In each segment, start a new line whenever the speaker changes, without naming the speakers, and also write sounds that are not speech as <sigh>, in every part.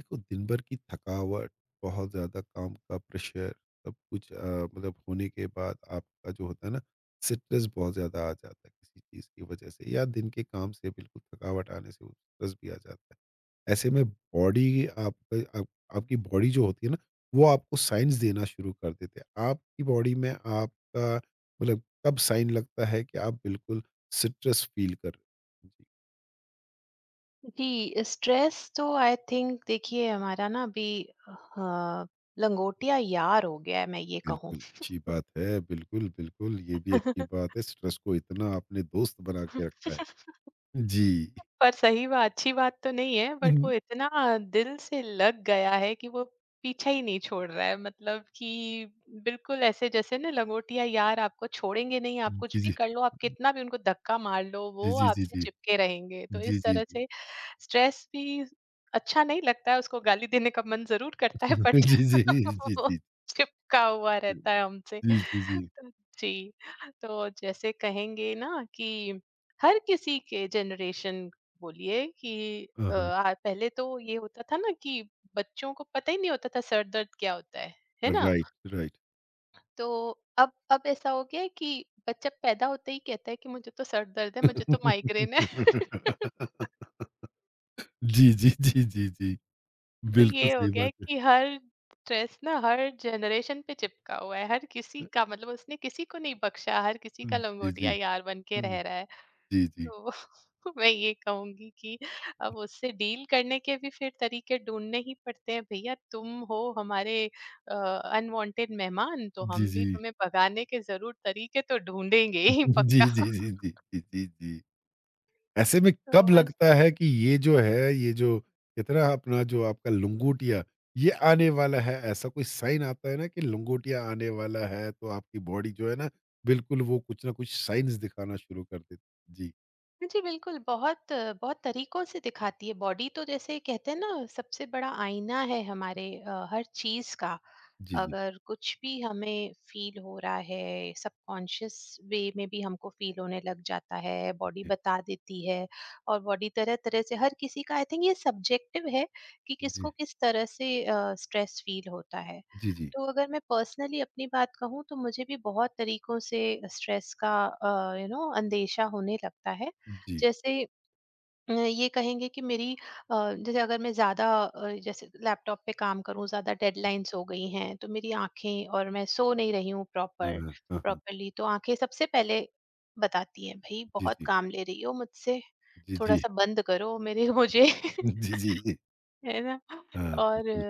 देखो दिन भर की थकावट, बहुत ज़्यादा काम का प्रेशर, सब कुछ मतलब होने के बाद आपका जो होता है ना स्ट्रेस बहुत ज़्यादा आ जाता है किसी चीज़ की वजह से या दिन के काम से बिल्कुल थकावट आने से वो स्ट्रेस भी आ जाता है। ऐसे में बॉडी आपका आप आपकी बॉडी जो होती है ना वो आपको साइन्स देना शुरू कर देते हैं। आपकी बॉडी में आपका मतलब कब साइन लगता है कि आप बिल्कुल स्ट्रेस फ़ील कर रहे हो?
जी, स्ट्रेस तो आई थिंक देखिए हमारा ना अभी अ, लंगोटिया यार हो गया है मैं ये कहूँ।
बिल्कुल, अच्छी बात है। बिल्कुल, बिल्कुल, ये भी अच्छी
<laughs>
बात है। स्ट्रेस को इतना आपने दोस्त बना के रखा है। जी।
पर सही बात अच्छी बात तो नहीं है बट वो
हुँ।
इतना दिल से लग गया है कि वो पीछा ही नहीं छोड़ रहा है मतलब कि बिल्कुल ऐसे जैसे ना लंगोटिया यार आपको छोड़ेंगे नहीं, आप कुछ
जी,
भी
जी।
कर लो, आप कितना भी उनको धक्का मार लो,
जी,
वो
जी, जी,
आपसे
जी।
चिपके रहेंगे। तो
जी,
इस
जी,
तरह
जी।
से स्ट्रेस भी अच्छा नहीं लगता है, उसको गाली देने का मन जरूर करता है बट
<laughs> जी, जी,
<laughs>
जी,
वो
जी।
चिपका हुआ रहता है हमसे।
जी, जी, जी।
तो जी, तो जैसे कहेंगे ना कि हर किसी के जनरेशन बोलिए कि
हाँ, हाँ।
पहले तो ये होता था ना कि बच्चों को पता ही नहीं होता था सर दर्द क्या होता है ना।
Right, right.
तो अब ऐसा हो गया है कि बच्चा पैदा होते ही कहता है कि मुझे तो सर दर्द है, मुझे तो माइग्रेन है। <laughs>
<laughs> जी, जी, जी, जी, जी।
तो
बिल्कुल
ये हो
सही
गया है
बात है।
कि हर स्ट्रेस ना हर जनरेशन पे चिपका हुआ है, हर किसी का, मतलब उसने किसी को नहीं बख्शा, हर किसी का
जी,
लंगोटिया
जी।
यार बन के रह रहा है।
जी, जी।
तो <laughs> मैं ये कहूँगी कि अब उससे डील करने के भी फिर तरीके ढूँढने ही पड़ते हैं। भैया तुम हो हमारे अनवांटेड मेहमान, तो
जी,
हम भी
जी।
तुम्हें भगाने के ज़रूर तरीके तो ढूँढेंगे ही
<laughs> जी,
पक्का।
जी, जी,
<laughs>
जी, जी, जी, जी। ऐसे में
तो
कब
बस
लगता है कि ये जो है, ये जो इतना अपना जो आपका लंगोटिया, ये आने वाला है? ऐसा कोई साइन आता है ना कि लंगोटिया आने वाला है, तो आपकी बॉडी जो है ना, बिल्कुल वो कुछ ना कुछ साइन्स दिखाना शुरू कर देती। जी।
जी बिल्कुल, बहुत बहुत तरीकों से दिखाती है बॉडी। तो जैसे कहते हैं ना सबसे बड़ा आईना है हमारे हर चीज़ का।
जी, जी।
अगर कुछ भी हमें फ़ील हो रहा है सबकॉन्शियस वे में भी हमको फ़ील होने लग जाता है, बॉडी बता देती है। और बॉडी तरह-तरह से हर किसी का आई थिंक ये सब्जेक्टिव है कि
जी,
किसको
जी,
किस तरह से स्ट्रेस फ़ील होता है।
जी, जी,
तो अगर मैं पर्सनली अपनी बात कहूँ तो मुझे भी बहुत तरीकों से स्ट्रेस का यू नो अंदेशा होने लगता है।
जी।
जैसे ये कहेंगे कि मेरी जैसे अगर मैं ज़्यादा जैसे लैपटॉप पे काम करूँ, ज़्यादा डेडलाइंस हो गई हैं, तो मेरी आँखें और मैं सो नहीं रही हूँ
हाँ, हाँ, हाँ, हाँ।
प्रॉपरली, तो आँखें सबसे पहले बताती हैं, "भई
जी,
बहुत
जी।
काम ले रही हो मुझसे,
जी, जी।
थोड़ा-सा बंद करो मेरे मुझे।" <laughs>
<laughs> जी, जी।
है ना?
हाँ,
और
बिल्कुल।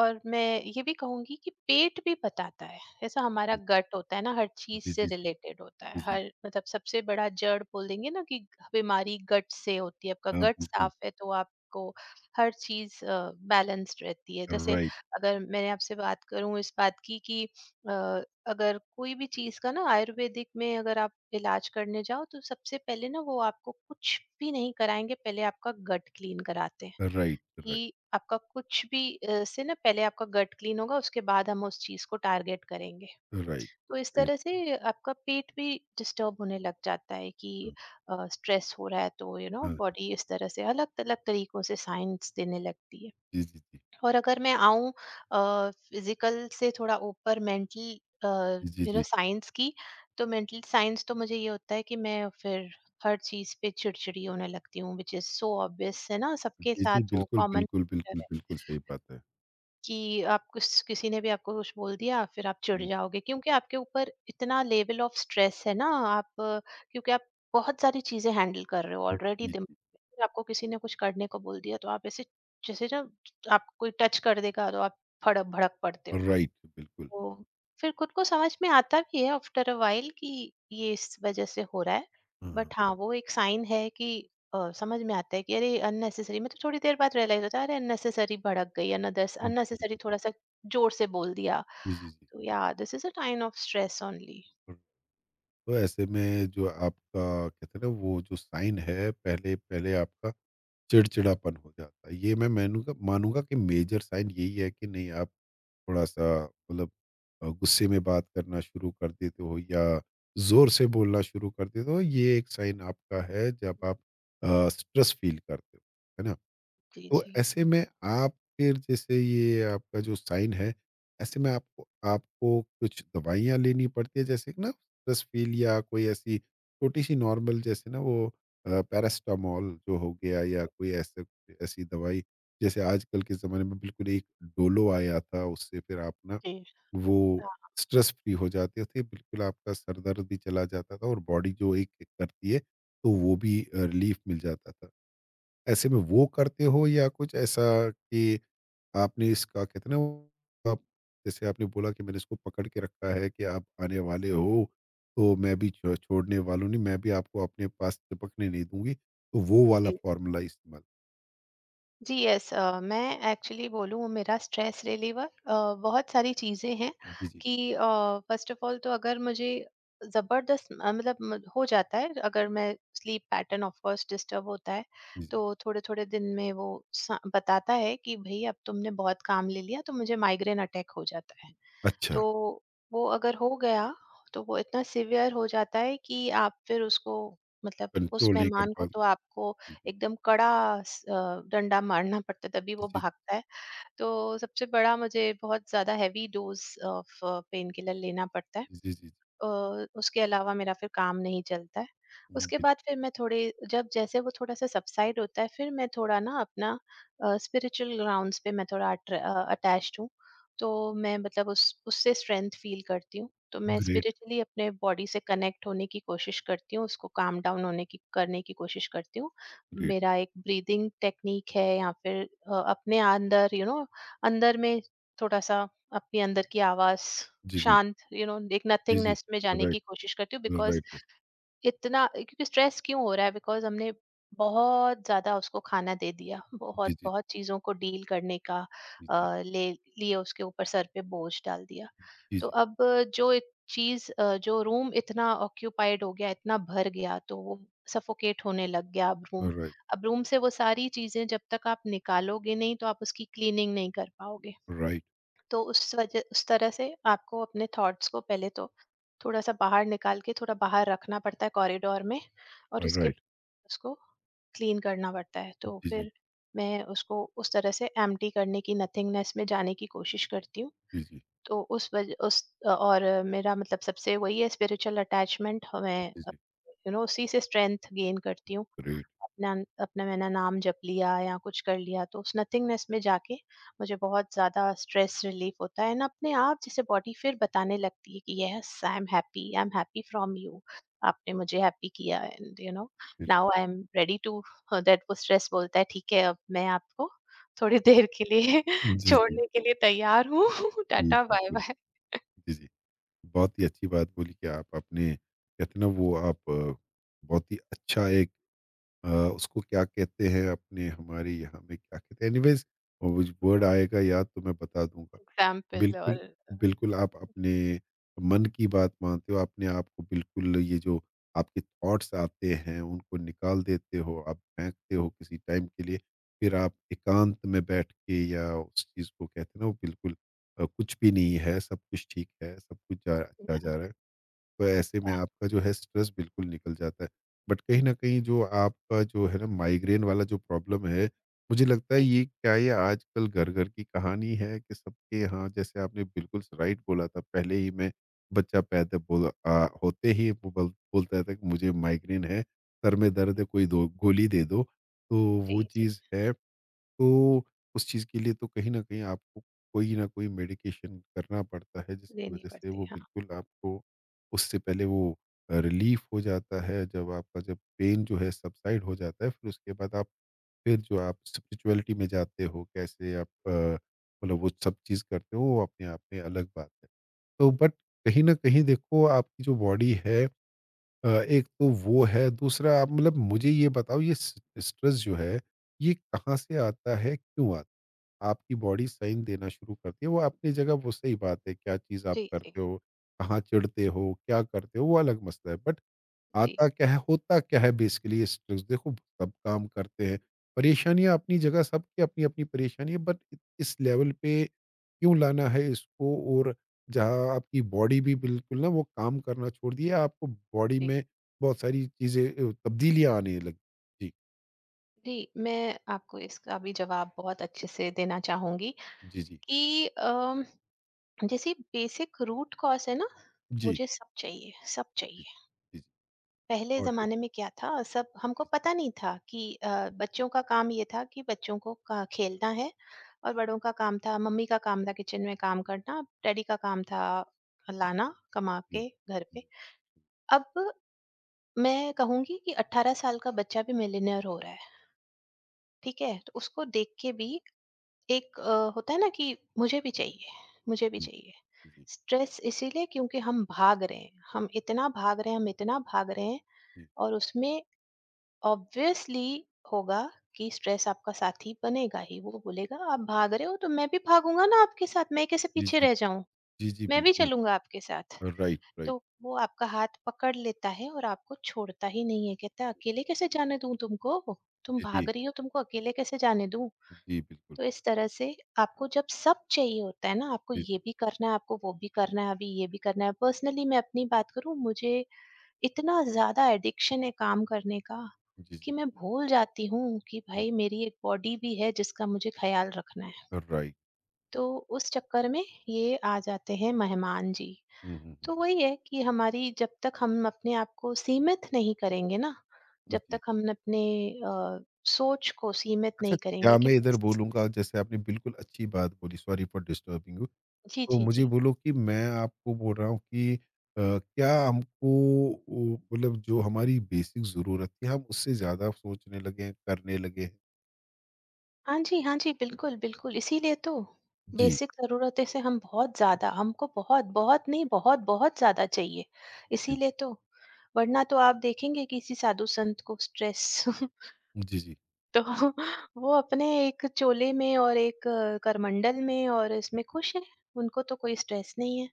और मैं ये भी कहूँगी कि पेट भी बताता है, ऐसा हमारा गट होता है ना हर चीज़
जी,
से
जी, जी।
रिलेटेड होता
जी,
है,
जी।
हर मतलब सबसे बड़ा जड़ बोलेंगे ना कि बीमारी गट से होती है, आपका
हाँ,
गट
बिल्कुल।
साफ है तो आपको हर चीज़ बैलेंस्ड रहती है। जैसे
राइट,
अगर मैंने आपसे बात करूँ इस बात की कि अ, अगर कोई भी चीज़ का ना आयुर्वेदिक में अगर आप इलाज करने जाओ तो सबसे पहले ना वो आपको कुछ भी नहीं कराएँगे, पहले आपका गट क्लीन कराते हैं।
राइट, राइट,
कि आपका कुछ भी से ना पहले आपका गट क्लीन होगा, उसके बाद हम उस चीज को टारगेट करेंगे।
राइट।
तो इस तरह से आपका पेट भी डिस्टर्ब होने लग जाता है कि
हाँ,
स्ट्रेस हो रहा है। तो यू नो
हाँ।
बॉडी इस तरह से अलग अलग तरीकों से साइंस देने लगती है।
जी, जी, जी।
और अगर मैं आऊँ फिजिकल से थोड़ा ऊपर मेंटल
जी, जी,
यू नो
जी।
साइंस की, तो मेंटल साइंस तो मुझे ये होता है कि मैं फिर हर चीज़ पे चिड़चिड़ी होने लगती हूँ, विच इज़ सो ऑब्वियस है ना, सबके
जी, जी,
साथ वो
बिल्कुल,
कॉमन
बिल्कुल,
है
बिल्कुल, बिल्कुल सही बात है।
कि आप कुछ किसी ने भी आपको कुछ बोल दिया फिर आप चिढ़
हुँ,
जाओगे क्योंकि आपके ऊपर इतना लेवल ऑफ स्ट्रेस है ना, आप क्योंकि आप बहुत सारी चीजें हैंडल कर रहे हो
हुँ,
ऑलरेडी
जी,
दिमाग
जी,
में, फिर आपको किसी ने कुछ करने को बोल दिया तो आप ऐसे जैसे ना आपको कोई टच कर देगा तो आप फड़क भड़क पड़ते हो।
राइट बिल्कुल।
तो फिर खुद को समझ में आता भी है आफ्टर अ व्हाइल कि ये इस वजह से हो रहा है।
हाँ,
बट हाँ वो एक साइन है कि समझ में आता है कि अरे अननेसेसरी, मतलब थोड़ी देर बाद रियलाइज होता है अरे अननेसेसरी भड़क गई, अनदर
जी,
अननेसेसरी
जी,
थोड़ा सा जोर से बोल दिया।
जी, जी, जी।
तो या this is a sign of stress only.
और तो ऐसे में जो आपका कहते हैं ना वो जो साइन है पहले पहले आपका चिड़चिड़ापन हो जाता है। ये मैं मैनूँगा मानूँगा कि मेजर साइन यही है कि नहीं आप थोड़ा-सा मतलब गुस्से में बात करना शुरू कर देते हो या ज़ोर से बोलना शुरू कर देते हो, ये एक साइन आपका है जब आप स्ट्रेस फ़ील करते हो, है ना?
जी
तो
जी
ऐसे में आप फिर जैसे ये आपका जो साइन है, ऐसे में आपको आपको कुछ दवाइयाँ लेनी पड़ती है जैसे कि ना स्ट्रेस फील या कोई ऐसी छोटी-सी नॉर्मल जैसे ना वो पैरास्टामोल जो हो गया या कोई ऐसे ऐसी दवाई जैसे आजकल के ज़माने में बिल्कुल एक डोलो आया था उससे फिर आप ना
जी।
वो
हाँ।
स्ट्रेस फ्री हो जाते थे, बिल्कुल आपका सर दर्द भी चला जाता था और बॉडी जो एक करती है, तो वो भी रिलीफ मिल जाता था। ऐसे में वो करते हो या कुछ ऐसा कि आपने इसका कहते हैं ना वो, आप जैसे आपने बोला कि मैंने इसको पकड़ के रखा है कि आप आने वाले हो तो मैं भी छोड़ने वालों नहीं मैं भी आपको अपने पास चिपकने नहीं दूंगी तो वो वाला
जी
फॉर्मूला इस्तेमाल।
जी यस। मैं एक्चुअली बोलूँ मेरा स्ट्रेस रिलीवर बहुत सारी चीज़ें हैं
जी जी
कि फर्स्ट ऑफ ऑल तो अगर मुझे ज़बरदस्त हो जाता है। अगर मैं sleep pattern of course disturb होता है
जी जी।
तो थोड़े थोड़े दिन में वो बताता है कि भाई अब तुमने बहुत काम ले लिया, तो मुझे माइग्रेन अटैक हो जाता है।
अच्छा।
तो वो अगर हो गया तो वो इतना सिवियर हो जाता है कि आप फिर उसको मतलब उस
कंट्रोल नहीं कर
मेहमान को
पाते।
तो आपको
जी जी
एकदम कड़ा डंडा मारना पड़ता है तभी वो
जी
भागता है। तो सबसे बड़ा मुझे बहुत ज्यादा heavy dose of pain killer लेना पड़ता है।
जी जी जी
उसके अलावा मेरा फिर काम नहीं चलता है। उसके
जी।
बाद फिर मैं थोड़े जब जैसे वो थोड़ा-सा सबसाइड होता है, फिर मैं थोड़ा ना अपना स्पिरिचुअल ग्राउंड्स पे मैं थोड़ा अटैच्ड हूँ। तो मैं मतलब उस उससे स्ट्रेंथ फील करती हूँ। तो मैं
ग्रेट।
स्पिरिचुअली अपने बॉडी से कनेक्ट होने की कोशिश करती हूँ, उसको काम डाउन होने की करने की कोशिश करती हूँ।
ग्रेट।
मेरा एक ब्रीदिंग टेक्नीक है या फिर अपने अंदर यू you नो know, अंदर में थोड़ा-सा अपने अंदर की आवाज़
जी जी
शांत, यू नो एक
जी जी।
नथिंगनेस में जाने की
राइट।
कोशिश करती हूँ बिकॉज
राइट।
इतना, क्योंकि स्ट्रेस क्यों हो रहा है बिकॉज हमने बहुत ज्यादा उसको खाना दे दिया,
जी
बहुत
जी
बहुत चीजों को डील करने का
जी जी
ले लिए उसके ऊपर सर पे बोझ डाल दिया।
जी
तो
जी।
अब जो एक चीज जो रूम इतना ऑक्यूपाइड हो गया, इतना भर गया तो वो सफोकेट होने लग गया।
राइट,
अब रूम से वो सारी चीजें जब तक आप निकालोगे नहीं तो आप उसकी क्लीनिंग नहीं कर पाओगे।
राइट,
तो उस तरह से आपको अपने थॉट्स को पहले तो थोड़ा सा बाहर निकाल के थोड़ा बाहर रखना पड़ता है कॉरिडोर में, और उसके
राइट।
उसको क्लीन करना पड़ता है। तो
जी जी
फिर मैं उसको उस तरह से एम्प्टी करने की, नथिंगनेस में जाने की कोशिश करती हूँ।
जी जी
तो उस वजह उस और मेरा मतलब सबसे वही है स्पिरिचुअल अटैचमेंट। मैं
जी।
यू नो उसी से स्ट्रेंथ गेन करती हूँ।
ग्रेट।
अपना अपना मैंने नाम जप लिया या कुछ कर लिया तो उस नथिंगनेस में जाके मुझे बहुत ज्यादा स्ट्रेस रिलीफ होता है। एंड अपने आप जैसे बॉडी फिर बताने लगती है कि yes I am happy, I am happy from you, आपने मुझे हैप्पी किया एंड यू नो
फिर
now I am ready to that, वो स्ट्रेस बोलता है ठीक है अब मैं आपको थोड़ी देर के लिए <laughs>
जी, जी।
छोड़ने के लिए तैयार हूँ। <laughs>
हुँ,
टाटा बाय
बिल्कुल।
बाय
जी, जी। बहुत ही अच्छी बात बोली कि आप अपने कहते ना वो आप बहुत ही अच्छा एक अ, उसको क्या कहते हैं अपने हमारे यहाँ में क्या कहते हैं? एनीवेज़ वो वर्ड आएगा याद तो मैं बता दूँगा।
एग्जाम्पल और
बिल्कुल, बिल्कुल आप अपने मन की बात मानते हो, अपने आप को बिल्कुल ये जो आपके थॉट्स आते हैं उनको निकाल देते हो, आप फेंकते हो किसी टाइम के लिए, फिर आप एकांत में बैठ के या उस चीज़ को कहते हैं ना वो बिल्कुल कुछ भी नहीं है, सब कुछ ठीक है, सब कुछ जा अच्छा जा
हाँ,
रहा है। तो ऐसे में
हाँ,
आपका जो है स्ट्रेस बिल्कुल निकल जाता है। बट कहीं न कहीं जो आपका जो है ना माइग्रेन वाला जो प्रॉब्लम है, मुझे लगता है
जी,
ये क्या ये आजकल घर-घर की कहानी है कि सबके यहाँ जैसे आपने बिल्कुल राइट बोला था पहले ही मैं बच्चा पैदा बोला होते ही वो बल बोलता था कि मुझे माइग्रेन है, सर में दर्द है
जी,
कोई दो गोली दे दो। तो वो
जी, जी,
चीज़ है तो उस चीज़ के लिए तो कहीं न कहीं आपको कोई ना कोई मेडिकेशन करना पड़ता है, जिसकी
देनी
वज़ह से
पड़ती
वो
है, हाँ,
बिल्कुल आपको उससे पहले वो रिलीफ़ हो जाता है। जब पेन जो है सबसाइड हो जाता है, फिर उसके बाद आप फिर जो आप स्पिरिचुअलिटी में जाते हो, कैसे आप मतलब वो सब चीज़ करते हो, वो अपने आप में अलग बात है। तो बट कहीं न कहीं देखो आपकी जो बॉडी है एक तो वो है, दूसरा आप मतलब मुझे ये बताओ ये स स्ट्रेस जो है, ये कहाँ से आता है, क्यों आता है? आपकी बॉडी साइन देना शुरू करती है। वो अपनी जगह वो सही बात है, क्या चीज़ आप
जी, जी,
करते हो, कहाँ चिढ़ते हो, क्या करते हो, वो अलग मसला है। बट
जी,
आता क्या है, होता क्या है बेसिकली ये स्ट्रेस देखो सब काम करते हैं। परेशानियाँ अपनी जगह सबकी अपनी-अपनी परेशानी है बट इस लेवल पे क्यों लाना है इसको। और जहाँ आपकी बॉडी भी बिल्कुल ना वो काम करना छोड़ दिए, आपको बॉडी
जी,
में बहुत सारी चीज़ें तब्दीलियाँ आने लगी। जी,
जी, मैं आपको इसका भी जवाब बहुत अच्छे से देना चाहूँगी
जी, जी।
कि जैसे बेसिक रूट कॉज़ है ना,
जी,
मुझे सब चाहिए, सब
जी, जी,
चाहिए।
जी, जी।
पहले
और जी,
ज़माने में क्या था, सब हमको पता नहीं था कि बच्चों का काम ये था कि बच्चों को का खेलना है, और बड़ों का काम था, मम्मी का काम था किचन में काम करना, डैडी का काम था लाना कमा
जी।
के घर पे। अब मैं कहूंगी कि 18 साल का बच्चा भी मिलियनेयर हो रहा है, ठीक है? तो उसको देख के भी एक होता है ना कि मुझे भी चाहिए, मुझे भी
जी,
चाहिए।
जी, जी,
स्ट्रेस इसीलिए क्योंकि हम भाग रहे हैं, हम इतना भाग रहे हैं, हम इतना भाग रहे हैं। और उसमें ऑब्वियसली होगा कि स्ट्रेस आपका साथी बनेगा ही, वो बोलेगा आप भाग रहे हो तो मैं भी भागूंगा ना आपके साथ, मैं कैसे
जी,
पीछे
जी,
रह जाऊं,
जी, जी,
मैं भी
बिल्कुल।
चलूंगा आपके साथ।
राइट,
तो
राइट।
वो आपका हाथ पकड़ लेता है और आपको छोड़ता ही नहीं है, कहता है अकेले कैसे जाने दूं तुमको, तुम
जी,
भाग
जी,
रही हो तुमको अकेले कैसे जाने दूं।
जी, बिल्कुल।
तो इस तरह से आपको जब सब चाहिए होता है ना, आपको
जी,
ये
जी,
भी करना है, आपको वो भी करना है, अभी ये भी करना है। पर्सनली मैं अपनी बात करूं, मुझे इतना ज़्यादा एडिक्शन है काम करने का
जी,
कि
जी,
मैं भूल जाती हूँ कि
जी,
भाई मेरी एक बॉडी भी है जिसका मुझे ख्याल रखना है।
राइट।
तो उस चक्कर में ये आ जाते हैं मेहमान जी।
हुँ, हुँ, हुँ।
तो वही है कि हमारी जब तक हम अपने आप को सीमित नहीं करेंगे ना, जब
जी।
तक हम अपने अ, सोच को सीमित
अच्छा,
नहीं
क्या
करेंगे कि
मैं इधर
बस
बोलूँगा जैसे आपने बिल्कुल अच्छी बात बोली, सॉरी फॉर डिस्टर्बिंग यू।
जी,
तो
जी,
मुझे
जी।
बोलो कि मैं आपको बोल रहा हूँ कि क्या हमको ओ, मतलब जो हमारी बेसिक ज़रूरत थी, हम उससे ज़्यादा सोचने लगे हैं, करने लगे हैं?
हाँ जी, हाँ जी, बिल्कुल, बिल्कुल, इसीलिए तो
जी,
बेसिक ज़रूरतें से हम बहुत ज़्यादा हमको बहुत, बहुत नहीं बहुत-बहुत ज़्यादा चाहिए,
जी,
इसीलिए तो। वरना तो आप देखेंगे किसी साधु संत को स्ट्रेस। <laughs>
जी, जी, जी,
तो वो अपने एक चोले में और एक करमंडल में और इसमें
जी,
खुश हैं, उनको तो कोई स्ट्रेस नहीं है।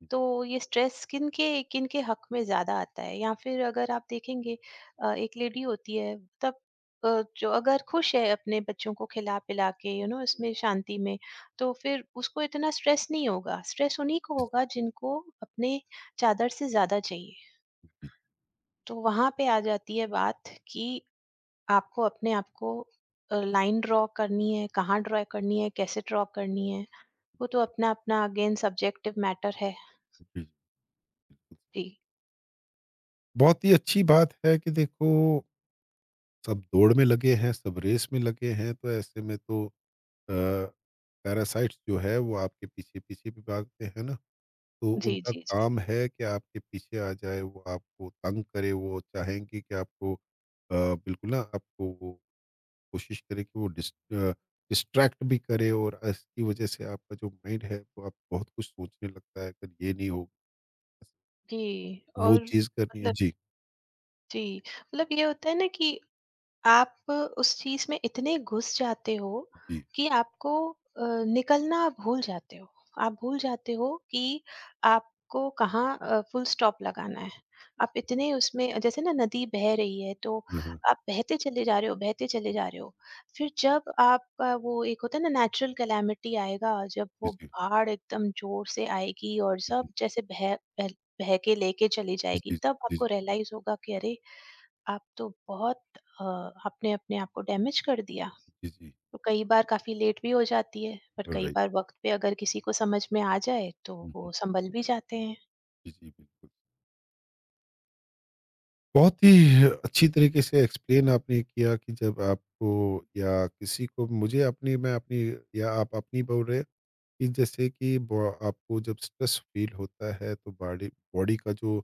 जी,
तो ये स्ट्रेस किन के हक में ज्यादा आता है, या फिर अगर आप देखेंगे एक लेडी होती है तब जो अगर खुश है अपने बच्चों को खिला पिला के, यू नो इसमें शांति में, तो फिर उसको इतना स्ट्रेस नहीं होगा। स्ट्रेस उन्हीं को होगा जिनको अपने चादर से ज्यादा चाहिए।
जी, जी।
तो वहां पे आ जाती है बात कि आपको अपने आप को लाइन ड्रॉ करनी है, कहाँ ड्रॉ करनी है, कैसे ड्रॉ करनी है, वो तो अपना अपना अगेन सब्जेक्टिव मैटर है।
जी।
जी
बहुत ही अच्छी बात है कि देखो सब दौड़ में लगे हैं, सब रेस में लगे हैं, तो ऐसे में तो अ, पैरासाइट्स जो है वो आपके पीछे-पीछे भी भागते हैं ना, तो
जी
उनका
जी जी
काम है कि आपके पीछे आ जाए, वो आपको तंग करे, वो चाहेंगे कि आपको बिल्कुल ना आपको वो कोशिश करे कि वो डिस्ट्रैक्ट भी करे और इसकी वजह से आपका जो माइंड है, वो आप बहुत कुछ सोचने लगता है, अगर ये नहीं हो
जी
वो
और
चीज़ करनी है।
मतलब
जी,
जी मतलब ये होता है ना कि आप उस चीज़ में इतने घुस जाते हो
जी।
कि आपको अ, निकलना भूल जाते हो। आप भूल जाते हो कि आपको कहाँ फुल स्टॉप लगाना है। आप इतने उसमें जैसे ना नदी बह रही है तो
हाँ, हाँ।
आप बहते चले जा रहे हो, बहते चले जा रहे हो। फिर जब आपका वो एक होता है ना नेचुरल कैलामिटी आएगा, जब
जी,
वो
जी।
बाढ़ एकदम ज़ोर से आएगी और
जी,
सब
जी।
जैसे बह बह बह के लेके चली
जी,
जाएगी,
जी।
तब
जी, जी।
आपको रियलाइज़ होगा कि अरे! आप तो बहुत अ, आपने अपने आप को डैमेज कर दिया।
जी, जी।
तो कई बार काफ़ी लेट भी हो जाती है, पर कई
राइट।
बार वक़्त पे अगर किसी को समझ में आ जाए, तो
हुँ, हुँ।
वो संभल भी जाते हैं।
जी, जी, बिल्कुल। बहुत ही अच्छी तरीके से एक्सप्लेन आपने किया कि जब आपको या किसी को मुझे अपनी मैं अपनी या आप अपनी बोल रहे हैं कि जैसे कि ब आपको जब स्ट्रेस फ़ील होता है तो बॉडी बॉडी का जो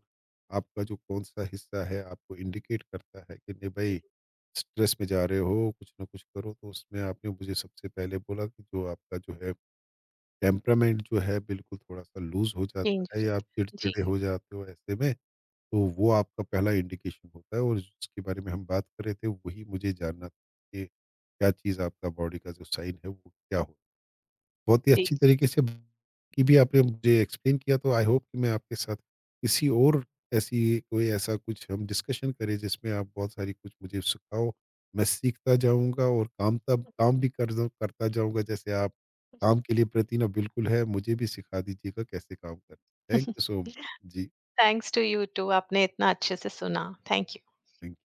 आपका जो कौन-सा हिस्सा है आपको इंडिकेट करता है कि नहीं भाई स्ट्रेस में जा रहे हो, कुछ ना कुछ करो। तो उसमें आपने मुझे सबसे पहले बोला कि जो आपका जो है टेम्परामेंट जो है बिल्कुल थोड़ा-सा लूज़ हो जाता
चेंज हो
है या आप
जाता है।
चिड़चिड़े
जी,
हो जाते हो ऐसे में तो वो आपका पहला इंडिकेशन होता है और जिसके बारे में हम बात कर रहे थे वही मुझे जानना था कि क्या चीज़ आपका बॉडी का जो साइन है वो क्या हो बहुत ही
जी,
अच्छी तरीके से की भी आपने मुझे एक्सप्लेन किया तो आई होप कि मैं आपके साथ किसी और ऐसी कोई ऐसा कुछ हम डिस्कशन करें जिसमें आप बहुत सारी कुछ मुझे सिखाओ मैं सीखता जाऊंगा और काम भी करता जाऊंगा जैसे आप
जी।
काम के लिए प्रति ना बिल्कुल है मुझे भी सिखा दीजिएगा कैसे काम करना। Thank you
<laughs>
so much. जी।
थैंक्स टू यू टू, आपने इतना अच्छे से सुना। Thank you.
थैंक।